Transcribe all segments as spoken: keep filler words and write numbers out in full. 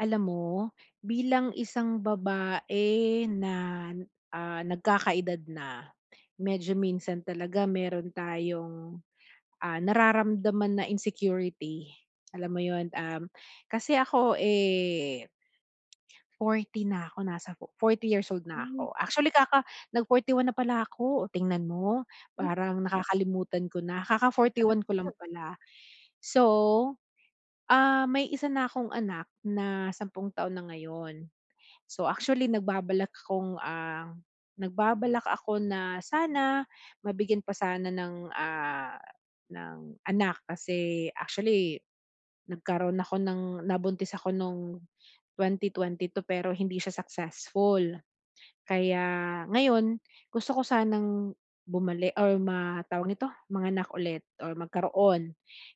Alam mo, bilang isang babae na, ah, nagkakaedad na, medyo minsan talaga meron tayong, ah, nararamdaman na insecurity. Alam mo 'yun, um, kasi ako, eh, forty na ako, nasa fo forty years old na Hmm. ako. Actually kaka nag forty one na pala ako, O, tingnan mo. Eh. Parang nakakalimutan ko na, kaka forty one ko lang pala. So, ah, may isa na akong anak na sampung taon na ngayon. So, actually nagbabalak akong, ah, nagbabalak ako na sana mabigyan pa sana ng, ah, ng anak kasi actually nagkaroon ako ng nabuntis ako nung twenty twenty-two pero hindi siya successful. Kaya ngayon, gusto ko sanang bumalik or ma tawag nito, manganak ulit or magkaroon.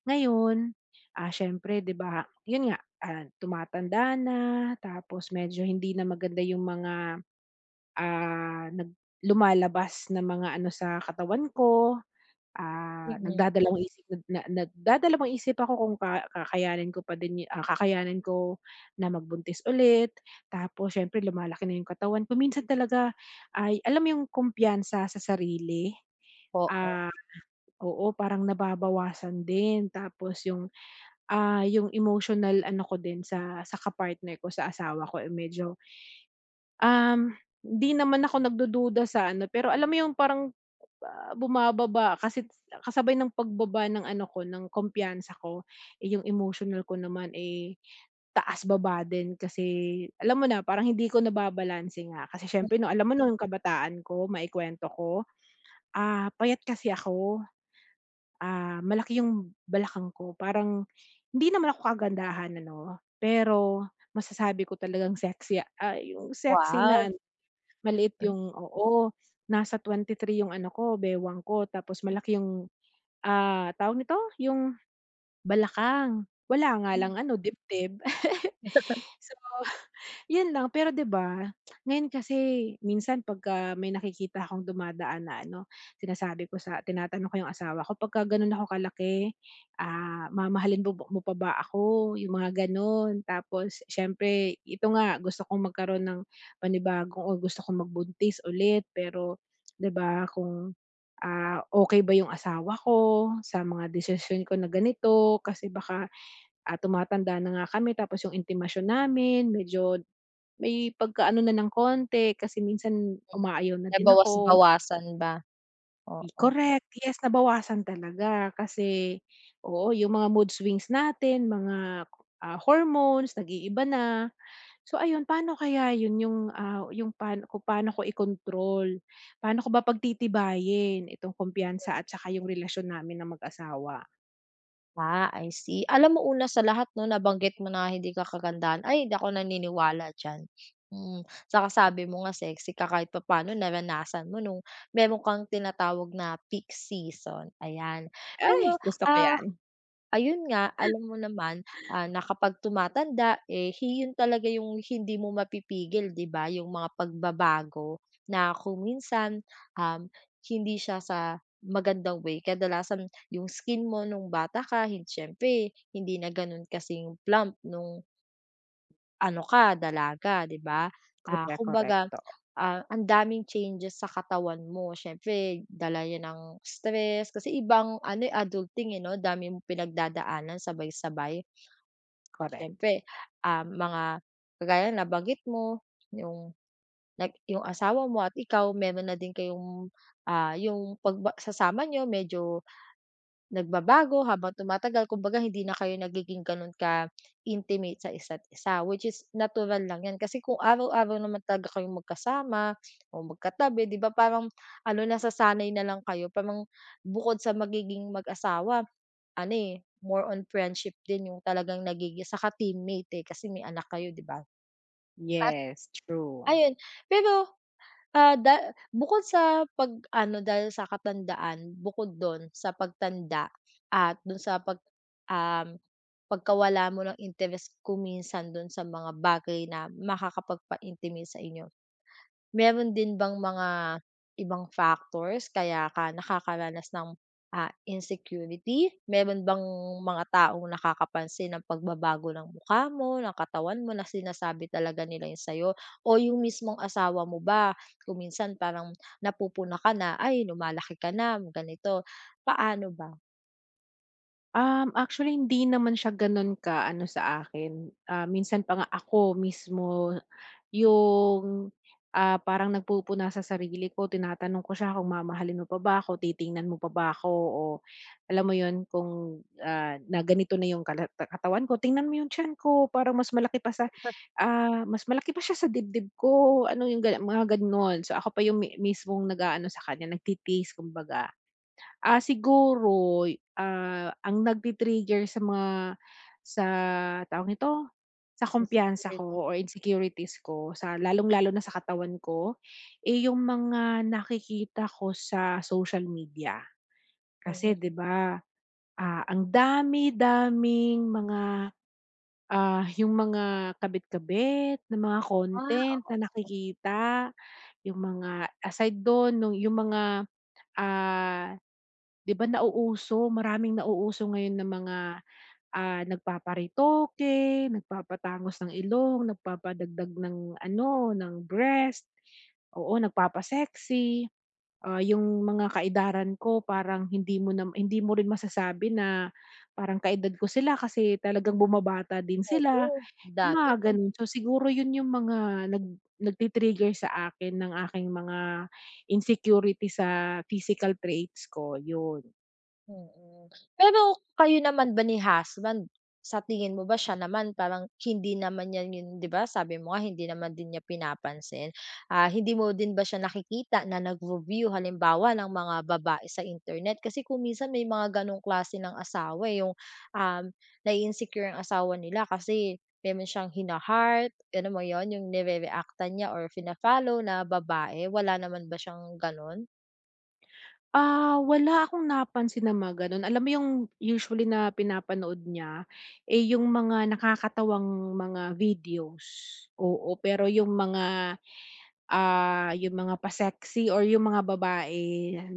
Ngayon, ah, siyempre 'di ba, 'yun nga, ah, tumatanda na tapos medyo hindi na maganda yung mga, ah, nag lumalabas na mga ano sa katawan ko. Ah, Mm nagdadalawang isip na na- Nagdadalawang isip ako kung ka kakayanin ko pa din yu ah, kakayanin ko na magbuntis ulit. Tapos siyempre lumalaki na yung katawan ko. Minsan talaga ay alam mo yung kumpiyansa sa sarili? po, Oo, parang nababawasan din. Tapos yung, ah, yung emotional ano ko din sa sa ka-partner ko, sa asawa ko, eh, medyo, um, hindi naman ako nagdududa sa ano, pero alam mo yung parang Ah, bumababa kasi kasabay ng pagbaba ng ano ko, ng kumpiyansa ko, eh, yung emotional ko naman, eh, taas-baba din kasi alam mo na parang hindi ko nababalanse nga kasi siyempre no alam mo no yung kabataan ko maikwento ko, ah, payat kasi ako, ah, malaki yung balakang ko parang hindi naman ako kagandahan ano, pero masasabi ko talagang sexy, ah, yung sexy wow. na ano maliit yung oo, nasa three yung ano ko, bewang ko tapos malaki yung Ah, tawag nito, yung balakang. Wala nga Mm. lang ano, dibdib. So yun lang, pero 'di ba, ngayon kasi minsan pagka may nakikita akong dumadaan na ano, sinasabi ko sa tinatanong ko yung asawa ko, "Pagka gano'n ako kalaki, ah, mamahalin mo ba mo pa ba ako?" Yung mga gano'n. Tapos siyempre ito nga, gusto kong magkaroon ng panibagong o gusto kong magbuntis ulit, pero 'di ba kung, ah, okey ba yung asawa ko sa mga desisyon ko na ganito, kasi baka, ah, tumatanda na nga kami tapos yung intimasyon namin medyo may pagkaano na ng konti kasi minsan umaayaw na din ako. Nabawas-bawasan ba? Oo. Correct, yes, nabawasan talaga kasi oo, yung mga mood swings natin, mga, ah, hormones nag-iiba na. So ayun, paano kaya yun yung, ah, yung paano kung paano ko i-control? Paano ko ba pagtitibayin itong kumpiyansa at saka yung relasyon namin ng mag-asawa? Ah, I see. Alam mo, una sa lahat, 'no, nabanggit mo na hindi ka kagandahan. Ay, hindi ako naniniwala diyan. Mm, saka sabi mo nga sexy ka kahit papaano, naranasan mo nung meron kang tinatawag na peak season. Ayan. Ay, Pero, gusto ko ah, yan. ayun nga, alam mo naman, ah, na kapag tumatanda, eh, hi yun talaga yung hindi mo mapipigil, 'di ba, yung mga pagbabago na kung minsan, um, hindi siya sa magandang way. Kadalasan, yung skin mo nung bata ka, hin siyempre hindi na gano'n kasing plump nung ano ka dalaga, 'di ba? Ah, Correct, correct, Kumbaga, totoo, ah, ang daming changes sa katawan mo, siyempre dala 'yan ng stress kasi ibang ano, eh, adulting, eh, 'no? Dami mong pinagdadaanan sabay-sabay. correct. Siyempre, ah, mga kagaya na bagit mo, yung nag yung asawa mo at ikaw meron na din kayong, ah, yung pagba sasama niyo medyo nagbabago habang tumatagal. Kumbaga hindi na kayo nagiging gano'n ka-intimate sa isa't isa, which is natural lang 'yan kasi kung araw-araw naman talaga kayong magkasama o magkatabi, 'di ba, parang ano, nasasanay na lang kayo, parang bukod sa magiging mag-asawa, ano, eh, more on friendship din yung talagang nagiging, saka teammate, eh, kasi may anak kayo, 'di ba? At Yes, true. ayun, pero Ah, da bukod sa pag-ano dahil sa katandaan, bukod dun sa pagtanda at dun sa pag um, pagkawala mo ng interes kung minsan dun sa mga bagay na makakapagpaintimis sa inyo. Meron din bang mga ibang factors kaya ka nakakaranas ng, ah, insecurity? Meron bang mga taong nakakapansin ng pagbabago ng mukha mo, ng katawan mo, na sinasabi talaga nila yun sa'yo, o yung mismong asawa mo ba kung minsan parang napupuna ka na, "Ay, lumalaki ka na, ganito"? Paano ba? Um, actually hindi naman siya gano'n ka-ano sa akin, ah, minsan pa nga ako mismo yung, ah, parang nagpupuna sa sarili ko, tinatanong ko siya kung mamahalin mo pa ba ako, titingnan mo pa ba ako o alam mo 'yun kung, ah, na ganito na yung kala katawan ko, "Tingnan mo yung tiyan ko parang mas malaki pa sa, ah, mas malaki pa siya sa dibdib ko." Ano yung ga mga gano'n. So, ako pa yung mi mismong nag-aano sa kanya nagtitiis kumbaga. Ah, siguro, ah, ang nagti-trigger sa mga sa tawag nito, sa kumpiyansa Insecurity. ko or insecurities ko sa lalong-lalo na sa katawan ko, eh, yung mga nakikita ko sa social media. Kasi Mm. 'di ba, ah, ang dami-daming mga, ah, yung mga kabit-kabit na mga content Ah, na nakikita, yung mga aside dun nung yung mga, ah 'di ba nauuso, maraming nauuso ngayon na mga, ah, nagpaparitoke, nagpapatangos ng ilong, nagpapadagdag ng ano, ng breast, oo, nagpapa-sexy. Ah, yung mga kaedaran ko parang hindi mo na hindi mo rin masasabi na parang kaedad ko sila kasi talagang bumabata din sila, oo, yung dami mga 'no? gano'n. So, siguro yun yung mga nag nagti-trigger sa akin ng aking mga insecurity sa physical traits ko, yun. Mm. Pero kayo naman ba ni husband, sa tingin mo ba siya naman parang hindi naman niya yun, 'di ba, sabi mo nga hindi naman din niya pinapansin. Ah, hindi mo din ba siya nakikita na nag-review halimbawa ng mga babae sa internet? Kasi kung minsan may mga gano'ng klase ng asawa, eh, yung, um, nai-insecure ang asawa nila kasi meron siyang hina-heart, ano mo yon, yung nirereaktan niya or fina-follow na babae. Wala naman ba siyang gano'n? Ah, wala akong napansin na mga gano'n. Alam mo yung usually na pinapanood niya, eh, yung mga nakakatawang mga videos, oo. Pero yung mga, ah, yung mga pa-sexy or yung mga babae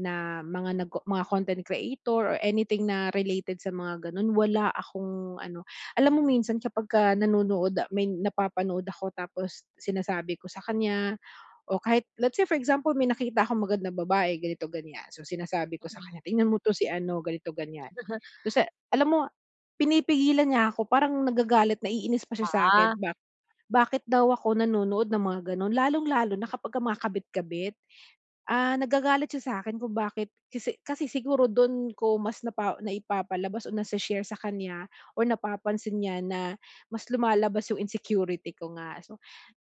na mga nag mga content creator or anything na related sa mga gano'n, wala akong ano alam mo minsan kapagka nanonood may napapanood ako tapos sinasabi ko sa kanya o kahit let's say for example may nakita akong magandang babae ganito ganyan, so sinasabi ko sa kanya, "Tingnan mo 'to si ano, ganito ganyan." So sa alam mo pinipigilan niya ako parang nagagalit, naiinis pa siya sa Ah, akin. Bak bakit daw ako nanonood ng mga gano'n, lalong-lalo na kapagka mga kabit-kabit. Ah, nagagalit siya sa akin kung bakit kasi kasi siguro do'n ko mas napa naipapalabas o nase-share sa kanya or napapansin niya na mas lumalabas yung insecurity ko nga. So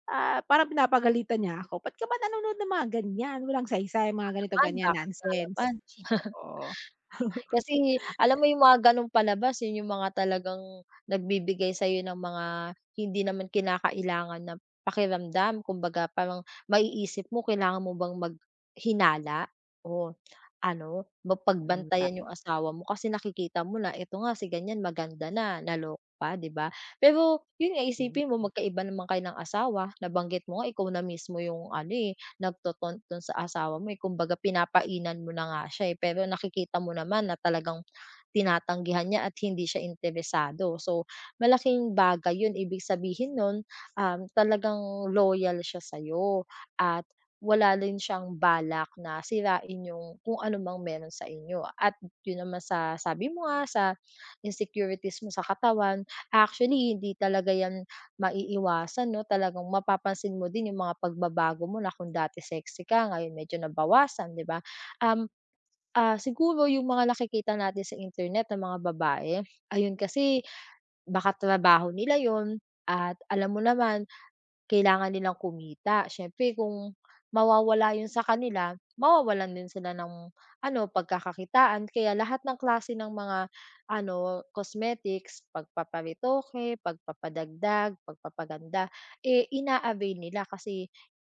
Ah, parang pinapagalitan niya ako, "Ba't ka ba nanonood ng mga ganyan, walang saysay, mga ganito, man ganyan, bakit nga nonsense." naman? Oo. Kasi alam mo yung mga gano'ng palabas, yun yung mga talagang nagbibigay sa'yo ng mga hindi naman kinakailangan na pakiramdam. Kumbaga parang maiisip mo, kailangan mo bang maghinala o ano, Mm, mapagbantayan tama. yung asawa mo kasi nakikita mo na ito nga si ganyan maganda na, naloko pa, 'di ba? Pero yun nga, isipin mo magkaiba naman kayo ng asawa. Nabanggit mo nga ikaw na mismo yung ano, eh, nagtotontton sa asawa mo, eh, kumbaga pinapainan mo na nga siya, eh, pero nakikita mo naman na talagang tinatanggihan niya at hindi siya interesado. So, malaking bagay 'yun, ibig sabihin nun, um, talagang loyal siya sa'yo at wala rin siyang balak na sirain yung kung ano mang meron sa inyo. At yun naman, sa sabi mo nga, sa insecurities mo sa katawan, actually hindi talaga yan maiiwasan, 'no, talagang mapapansin mo din yung mga pagbabago mo na kung dati sexy ka, ngayon medyo nabawasan, 'di ba? Um, Ah, siguro yung mga nakikita natin sa internet na mga babae, ayun kasi baka trabaho nila yon at alam mo naman kailangan nilang kumita. Siyempre kung mawawala 'yun sa kanila, mawawalan din sila ng ano, pagkakakitaan. Kaya lahat ng klase ng mga ano, cosmetics, pagpaparitoke, pagpapadagdag, pagpapaganda, eh, ina-avail nila kasi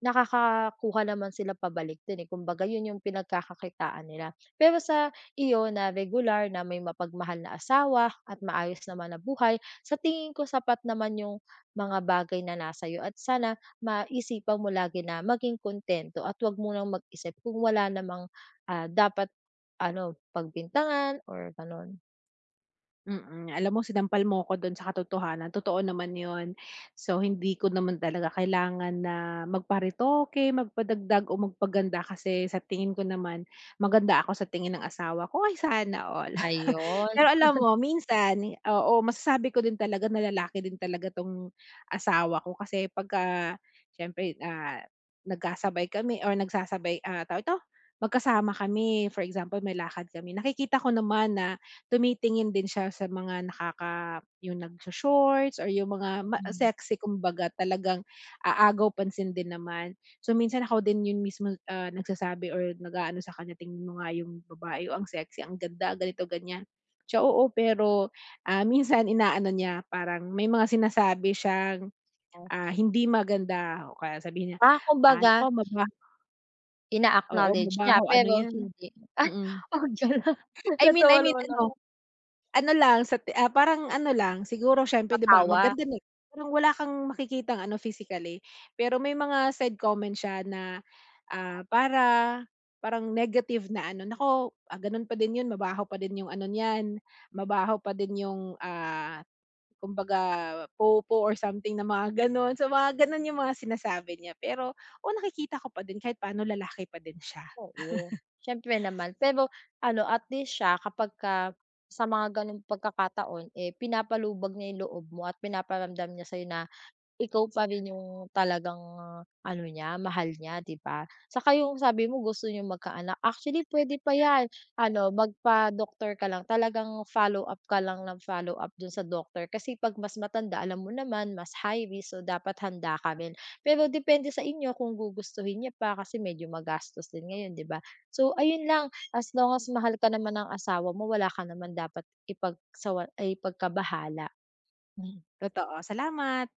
nakakakuha naman sila pabalik dun, eh. Kumbaga 'yun yung pinagkakakitaan nila. Pero sa iyo na regular na may mapagmahal na asawa at maayos naman na buhay, sa tingin ko sapat naman yung mga bagay na nasa 'yo, at sana maisipan mo lagi na maging kuntento at huwag munang mag-isip kung wala namang, ah, dapat ano, pagbintangan or gano'n. Mm, alam mo sinampal mo ko do'n sa katotohanan, totoo naman 'yun. So, hindi ko naman talaga kailangan na magparitoke, magpadagdag o magpaganda kasi sa tingin ko naman maganda ako sa tingin ng asawa ko, ay sana all. Ayun, Pero alam mo minsan, oo, masasabi ko din talaga na lalaki din talaga 'tong asawa ko kasi pagka siyempre, ah, nagkasabay kami or nagsasabay, ah, tawag ito, magkasama kami, for example may lakad kami, nakikita ko naman na tumitingin din siya sa mga nakaka yung nagso-shorts or yung mga ma mm. sexy kumbaga talagang aagaw pansin din naman. So, minsan ako din yun mismo, ah, nagsasabi or nag-aano sa kanya, "Tingnan mo nga yung babae, oh, ang sexy, ang ganda," ganito, ganyan. Siya oo, pero, ah, minsan inaano niya parang may mga sinasabi siyang, Oh, ah, hindi maganda o kaya sabihin niya, ah, ah, kumbaga "Naku maba oo, ina-acknowledge niya mabaho ano pero 'yan." hindi, ay, Mm. huwag gano'n. I mean Natawa I mean naman ako, ano, ano lang sa ti ah, parang ano lang siguro siyempre 'di ba napatawa, maganda na parang wala kang makikitang ano physically, pero may mga side comment siya na, ah, para parang negative na ano, "Naku, ah, gano'n pa din 'yun mabaho pa din 'yung ano niyan, mabaho pa din 'yung, ah" kumbaga popo or something na mga gano'n. So, mga gano'n yung mga sinasabi niya. Pero, oo, nakikita ko pa din kahit paano lalaki pa din siya. oo. Siyempre naman, pero ano, at least siya kapagka sa mga gano'ng pagkakataon, eh, pinapalubag niya 'yung loob mo at pinaparamdam niya sa'yo na ikaw pa rin yung talagang ano niya, mahal niya, 'di ba? Saka yung sabi mo gusto niyo magkaanak, actually pwede pa 'yan, ano, magpa-doktor ka lang, talagang follow-up ka lang ng follow-up do'n sa doktor kasi 'pag mas matanda alam mo naman mas high risk, so dapat handa ka rin. Pero depende sa inyo kung gugustuhin niya pa kasi medyo magastos din ngayon, 'di ba? So ayun lang, as long as mahal ka naman ng asawa mo wala ka naman dapat ipagsawa ay ipagkabahala. Mm. Totoo, salamat.